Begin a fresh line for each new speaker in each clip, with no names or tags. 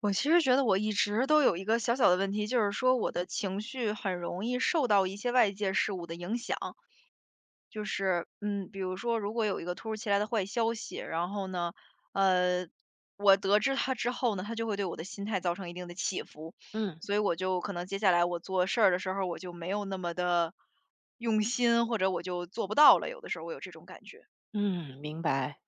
我其实觉得我一直都有一个小小的问题，就是说我的情绪很容易受到一些外界事物的影响。就是，嗯，比如说，如果有一个突如其来的坏消息，然后呢，呃，我得知它之后呢，它就会对我的心态造成一定的起伏，
嗯
所以我就可能接下来我做事儿的时候，我就没有那么的用心，或者我就做不到了。有的时候我有这种感觉。
嗯，明白。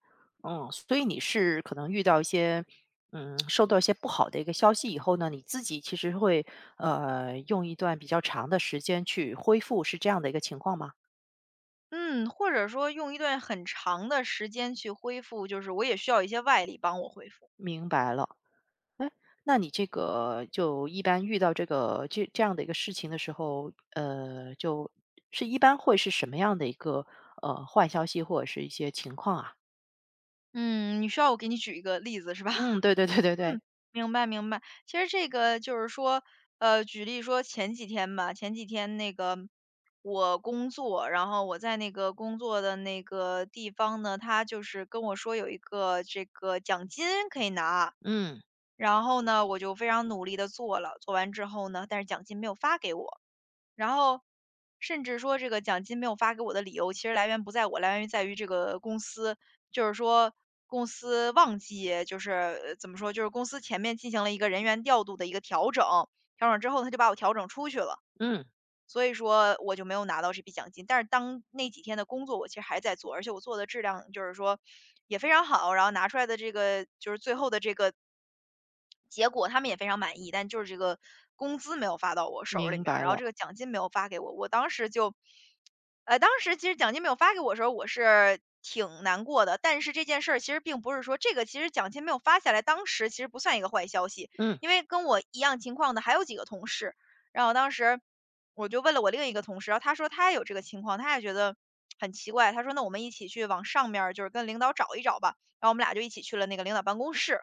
所以你是可能遇到一些，收到一些不好的一个消息以后呢，你自己其实会用一段比较长的时间去恢复，是这样的一个情况吗？
嗯，或者说用一段很长的时间去恢复，就是我也需要一些外力帮我恢复。
明白了。哎，那你这个就一般遇到这个这样的一个事情的时候，就是一般会是什么样的一个坏消息或者是一些情况啊？
嗯，你需要我给你举一个例子是吧？
嗯，对对对对对，
嗯，明白明白。其实这个就是说，举例说前几天吧，前几天那个我工作，然后我在那个工作的那个地方呢，他就是跟我说有一个这个奖金可以拿，
嗯
然后呢，我就非常努力的做了，做完之后呢，但是奖金没有发给我，然后甚至说这个奖金没有发给我的理由，其实来源不在我，来源于在于这个公司，就是说公司忘记，就是怎么说，就是公司前面进行了一个人员调度的一个调整，调整之后他就把我调整出去了。
嗯，
所以说我就没有拿到这笔奖金，但是当那几天的工作我其实还在做，而且我做的质量就是说也非常好，然后拿出来的这个就是最后的这个结果他们也非常满意，但就是这个工资没有发到我手儿里
明
面儿
白
然后这
了，
个奖金没有发给我。我当时就，当时其实奖金没有发给我的时候，我是挺难过的。但是这件事儿其实并不是说这个，其实奖金没有发下来，当时其实不算一个坏消息，
嗯
因为跟我一样情况的还有几个同事。然后当时我就问了我另一个同事，然后他说他也有这个情况，他也觉得很奇怪。他说：“那我们一起去往上面儿就是跟领导找一找吧。”然后我们俩就一起去了那个领导办公室。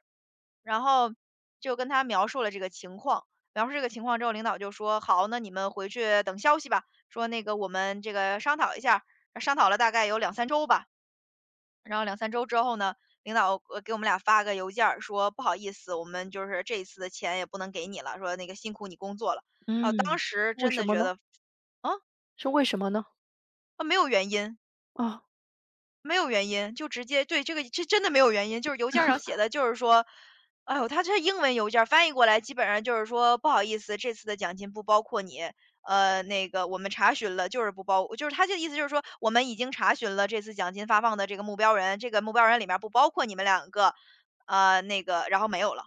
然后就跟他描述了这个情况，描述这个情况之后，领导就说：“好，那你们回去等消息吧。”说那个我们这个商讨一下，商讨了大概有两三周吧。然后两三周之后呢，领导给我们俩发个邮件儿说：“不好意思，我们就是这一次的钱也不能给你了，说那个辛苦你工作了。”啊，当
嗯，
时
为
真
什
的
么
觉
呢？
得，啊
是为什么呢？
啊，没有原因，
啊，
没有原因，就直接对，这个这真的没有原因，就是邮件儿上写的，就是说，哎呦，他这英文邮件儿翻译过来，基本上就是说不好意思，这次的奖金不包括你，那个我们查询了，就是不包，就是他这意思就是说我们已经查询了这次奖金发放的这个目标人，这个目标人里面不包括你们两个，那个然后没有了。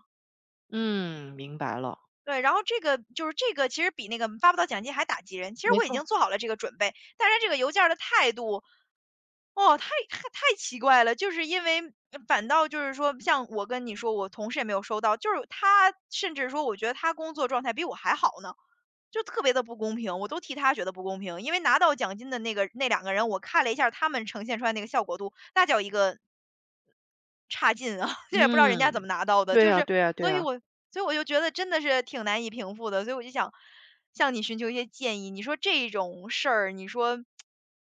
嗯，明白了，
对，然后这个就是这个其实比那个发不到奖金还打击人。其实
没
我已
错，
经做好了这个准备，但是这个邮件儿的态度，哦，太奇怪了。就是因为反倒就是说，像我跟你说，我同事也没有收到，就是他甚至说，我觉得他工作状态比我还好呢，就特别的不公平。我都替他觉得不公平，因为拿到奖金的那个那两个人，我看了一下儿他们呈现出来那个效果度，那叫一个差劲啊，这也不知道人家怎
嗯，
么拿到的，
对
就
呀，
是
对呀，对
所以
呀。
我所以我就觉得真的是挺难以平复的，所以我就想向你寻求一些建议。你说这种事儿，你说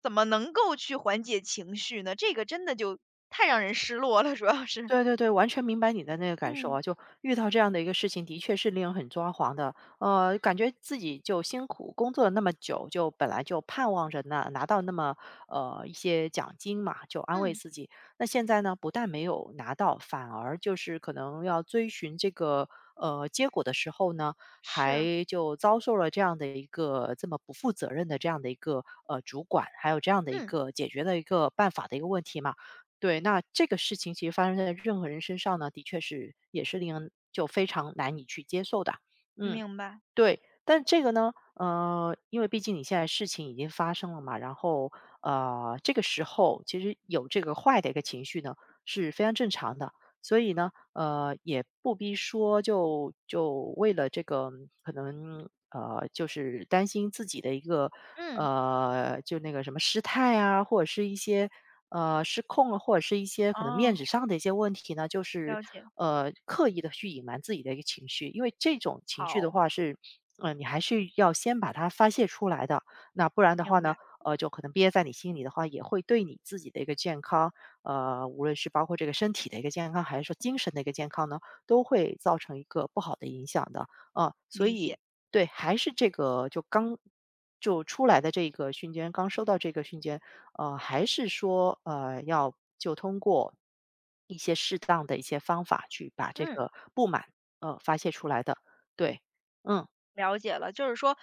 怎么能够去缓解情绪呢？这个真的就太让人失落了，主要是。
对对对，完全明白你的那个感受
嗯
啊，就遇到这样的一个事情，的确是令人很抓狂的。感觉自己就辛苦工作了那么久，就本来就盼望着拿到那么一些奖金嘛，就安慰
嗯，
自己。那现在呢，不但没有拿到，反而就是可能要追寻这个结果的时候呢，
是，
还就遭受了这样的一个这么不负责任的这样的一个主管，还有这样的一
嗯，
个解决的一个办法的一个问题嘛。对，那这个事情其实发生在任何人身上呢，的确是也是令人就非常难以去接受的。嗯，
明白，
对。但这个呢，因为毕竟你现在事情已经发生了嘛，然后这个时候其实有这个坏的一个情绪呢是非常正常的。所以呢，也不必说就为了这个可能就是担心自己的一个
嗯，
就那个什么失态啊，或者是一些失控了，或者是一些可能面
哦，
子上的一些问题呢，就是
了解，
刻意的去隐瞒自己的一个情绪，因为这种情绪的
好，
话是。你还是要先把它发泄出来的，那不然的话
明
呢，
白，
就可能憋在你心里的话，也会对你自己的一个健康，无论是包括这个身体的一个健康，还是说精神的一个健康呢，都会造成一个不好的影响的。啊，所
理
以
解，
对，还是这个刚出来的这个瞬间，刚收到这个瞬间，还是说要就通过一些适当的一些方法去把这
嗯。
个不满发泄出来的。对，嗯。
了解了，就是说，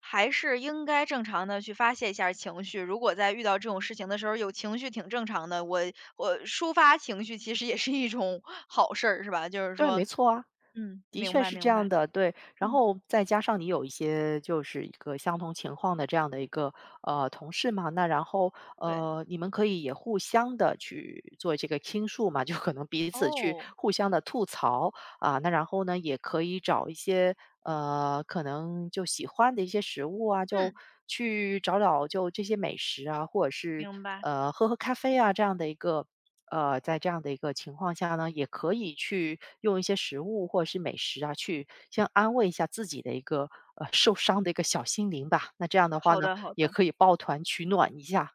还是应该正常的去发泄一下儿情绪。如果在遇到这种事情的时候，有情绪挺正常的，我抒发情绪其实也是一种 好事儿，是吧？就是
对，没
说
错啊，
嗯，
的
明
确
白
是这
明
样
白，
的，对。然
嗯，
后再加上你有一些就是一个相同情况的这样的一个同事嘛，那然后
对，
你们可以也互相的去做这个倾诉嘛，就可能彼此去
哦，
互相的吐槽啊，那然后呢也可以找一些可能就喜欢的一些食物啊，就
嗯，
去找找就这些美食啊，或者是
明白，
喝喝咖啡啊这样的一个在这样的一个情况下呢，也可以去用一些食物或者是美食啊，去先安慰一下自己的一个受伤的一个小心灵吧。那这样的话
好
呢，
的好
也
的。
可以抱团取暖一下。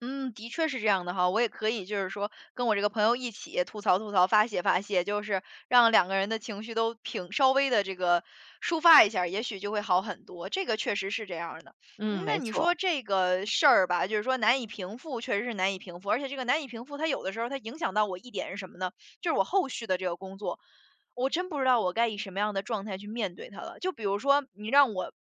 嗯，的确是这样的哈，我也可以就是说跟我这个朋友一起吐槽吐槽，发泄发泄，就是让两个人的情绪都平，稍微的这个抒发一下儿也许就会好很多。这个确实是这样儿的。
嗯，
嗯那
没
你
错，
说这个事儿吧，就是说难以平复，确实是难以平复，而且这个难以平复，它有的时候它影响到我一点是什么呢？就是我后续的这个工作，我真不知道我该以什么样的状态去面对它了。就比如说你让我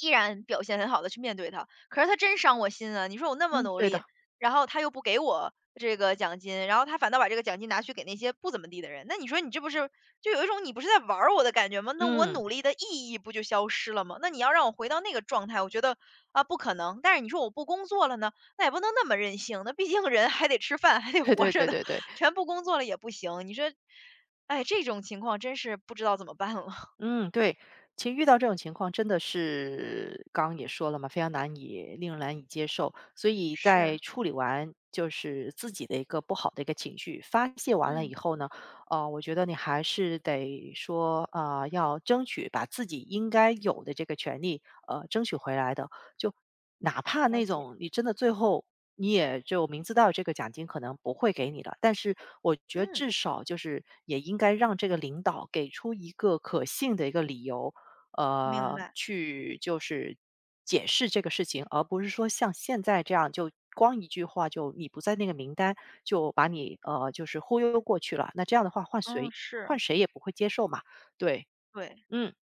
依然表现很好的去面对它。可是他真伤我心啊！你说我那么
嗯，
努
对的，
力，然后他又不给我这个奖金，然后他反倒把这个奖金拿去给那些不怎么地的人，那你说你这不是就有一种你不是在玩儿我的感觉吗？那我
嗯，
努力的意义不就消失了吗？那你要让我回到那个状态，我觉得啊不可能。但是你说我不工作了呢，那也不能那么任性，那毕竟人还得吃饭，还 得
对
活
对
着
对
呢，
对对。
全不工作了也不行。你说，哎，这种情况真是不知道怎么办了。
嗯，对，其实遇到这种情况真的是刚刚也说了嘛，非常难以令人难以接受。所以在
是，
处理完就是自己的一个不好的一个情绪发泄完了以
嗯，
后呢，我觉得你还是得说啊、要争取把自己应该有的这个权利争取回来的。就哪怕
了
那
解，
种你真的最后你也就明知道这个奖金可能不会给你了，但是我觉得
嗯，
至少就是也应该让这个领导给出一个可信的一个理由，
明白，
去就是解释这个事情，而不是说像现在这样就光一句话就你不在那个名单就把你就是忽悠过去了，那这样的话换
嗯，
谁换
是
谁也不会接受嘛，对，
对。
嗯。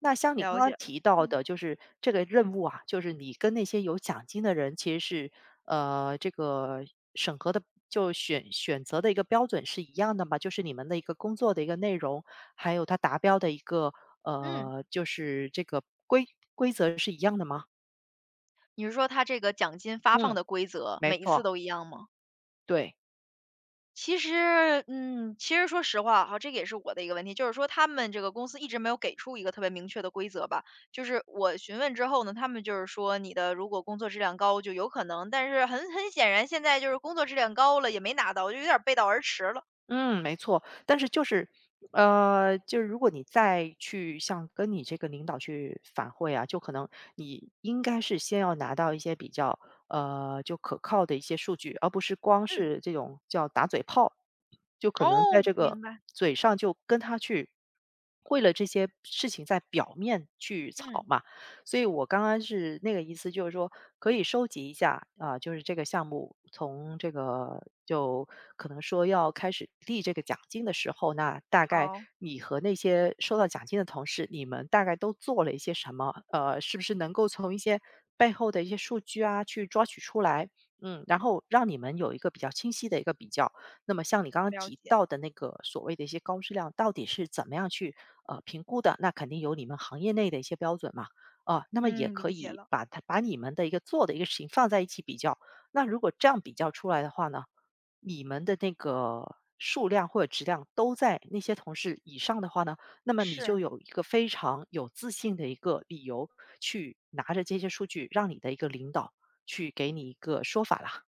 那像你刚
了
刚
解了，
提到
嗯
的，就是这个任务啊，就是你跟那些有奖金的人，其实是这个审核的，就选择的一个标准是一样的嘛？就是你们的一个工作的一个内容，还有它达标的一个
嗯，
就是这个规则是一样的吗？
你是说他这个奖金发放
嗯，
的规则
没
每一次
错，
都一样吗？
对。
其实，嗯，其实说实话哈，这个也是我的一个问题，就是说他们这个公司一直没有给出一个特别明确的规则吧。就是我询问之后呢，他们就是说你的如果工作质量高就有可能，但是很显然现在就是工作质量高了也没拿到，我就有点儿背道而驰了。
嗯，没错，但是就是，就是如果你再去像跟你这个领导去反馈啊，就可能你应该是先要拿到一些比较就可靠的一些数据，而不是光
嗯，
是这种叫打嘴炮，就可能在
哦，
这个
明白，
嘴上就跟他去为了这些事情在表面去吵
嗯，
嘛，所以我刚刚是那个意思，就是说可以收集一下啊，就是这个项目从这个就可能说要开始立这个奖金的时候，那大概
好，
你和那些收到奖金的同事，你们大概都做了一些什么？是不是能够从一些背后的一些数据啊去抓取出来？嗯，然后让你们有一个比较清晰的一个比较。那么像你刚刚
了
提
解，
到的那个所谓的一些高质量，到底是怎么样去评估的？那肯定有你们行业内的一些标准嘛。啊，那么也
嗯，
可
理解
以
了，
把它把你们的一个做的一个事情放在一起比较。那如果这样比较出来的话呢，你们的那个数量或者质量都在那些同事以上的话呢，那么你就
是。
有一个非常有自信的一个理由去拿着这些数据，让你的一个领导去给你一个说法啦。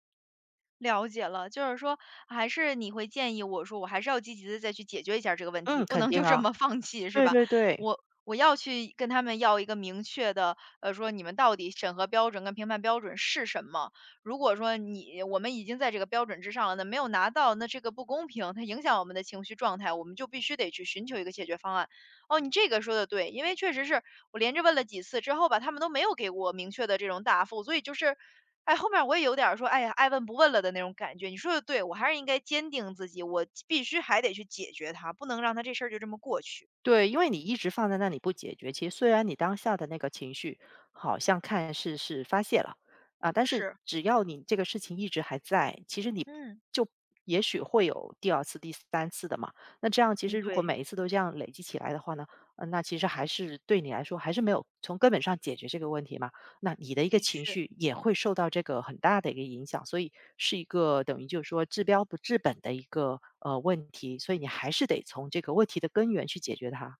了解了，就是说还是你会建议我说，我还是要积极的再去解决一下这个问题，
嗯，
不
肯
能
定
就这
啊，
么放弃是
对
吧？
对对。
我我要去跟他们要一个明确的，说你们到底审核标准跟评判标准是什么？如果说你我们已经在这个标准之上了，那没有拿到，那这个不公平，它影响我们的情绪状态，我们就必须得去寻求一个解决方案。哦，你这个说的对，因为确实是我连着问了几次之后吧，他们都没有给我明确的这种答复，所以就是哎，后面我也有点儿说，哎呀，爱问不问了的那种感觉。你说的对，我还是应该坚定自己，我必须还得去解决它，不能让它这事儿就这么过去。
对，因为你一直放在那里不解决，其实虽然你当下的那个情绪好像看似是发泄了啊，但是
是，
只要你这个事情一直还在，其实你
嗯。
就也许会有第二次、第三次的嘛。那这样其
嗯，
实如果
对，
每一次都这样累积起来的话呢，那其实还是对你来说还是没有从根本上解决这个问题嘛。那你的一个
的
情
确。
绪也会受到这个很大的一个影响，所以是一个等于就是说治标不治本的一个问题，所以你还是得从这个问题的根源去解决它。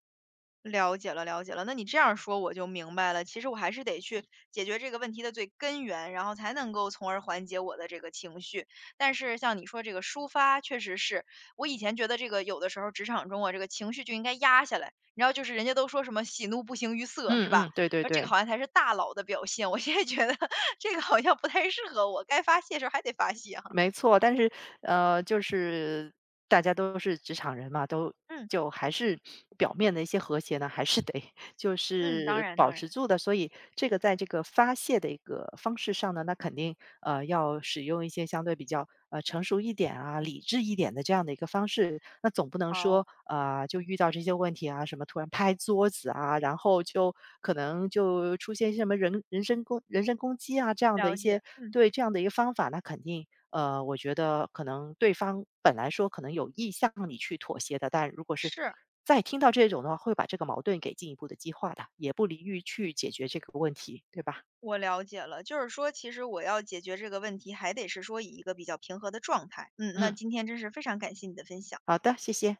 了解了，了解了。那你这样说我就明白了，其实我还是得去解决这个问题的最根源，然后才能够从而缓解我的这个情绪。但是像你说这个抒发，确实是我以前觉得这个有的时候职场中啊，这个情绪就应该压下来。然后就是人家都说什么喜怒不形于色，
嗯
是吧？
嗯，对对
然后这个
对。
好像才是大佬的表现。我现在觉得 这个好像不太适合我，该发泄的时候还得发泄哈。
没错，但是就是大家都是职场人嘛，都
嗯
就还是表面的一些和谐呢，还是得就
嗯，当
是
然
保
当然，
持住的。所以这个在这个发泄的一个方式上呢，那肯定要使用一些相对比较成熟一点啊、理智一点的这样的一个方式。那总不能
好
说啊、就遇到这些问题啊，什么突然拍桌子啊，然后就可能就出现什么人身攻击啊这样的一
了
些
解，嗯
对这样的一个方法，那肯定。我觉得可能对方本来说可能有意向你去妥协的，但如果是
是。
再听到这种的话，会把这个矛盾给进一步的激化的，也不利于去解决这个问题，对吧？
我了解了，就是说，其实我要解决这个问题，还得是说以一个比较平和的状态。嗯，那
嗯，
今天真是非常感谢你的分享。
好的，谢谢。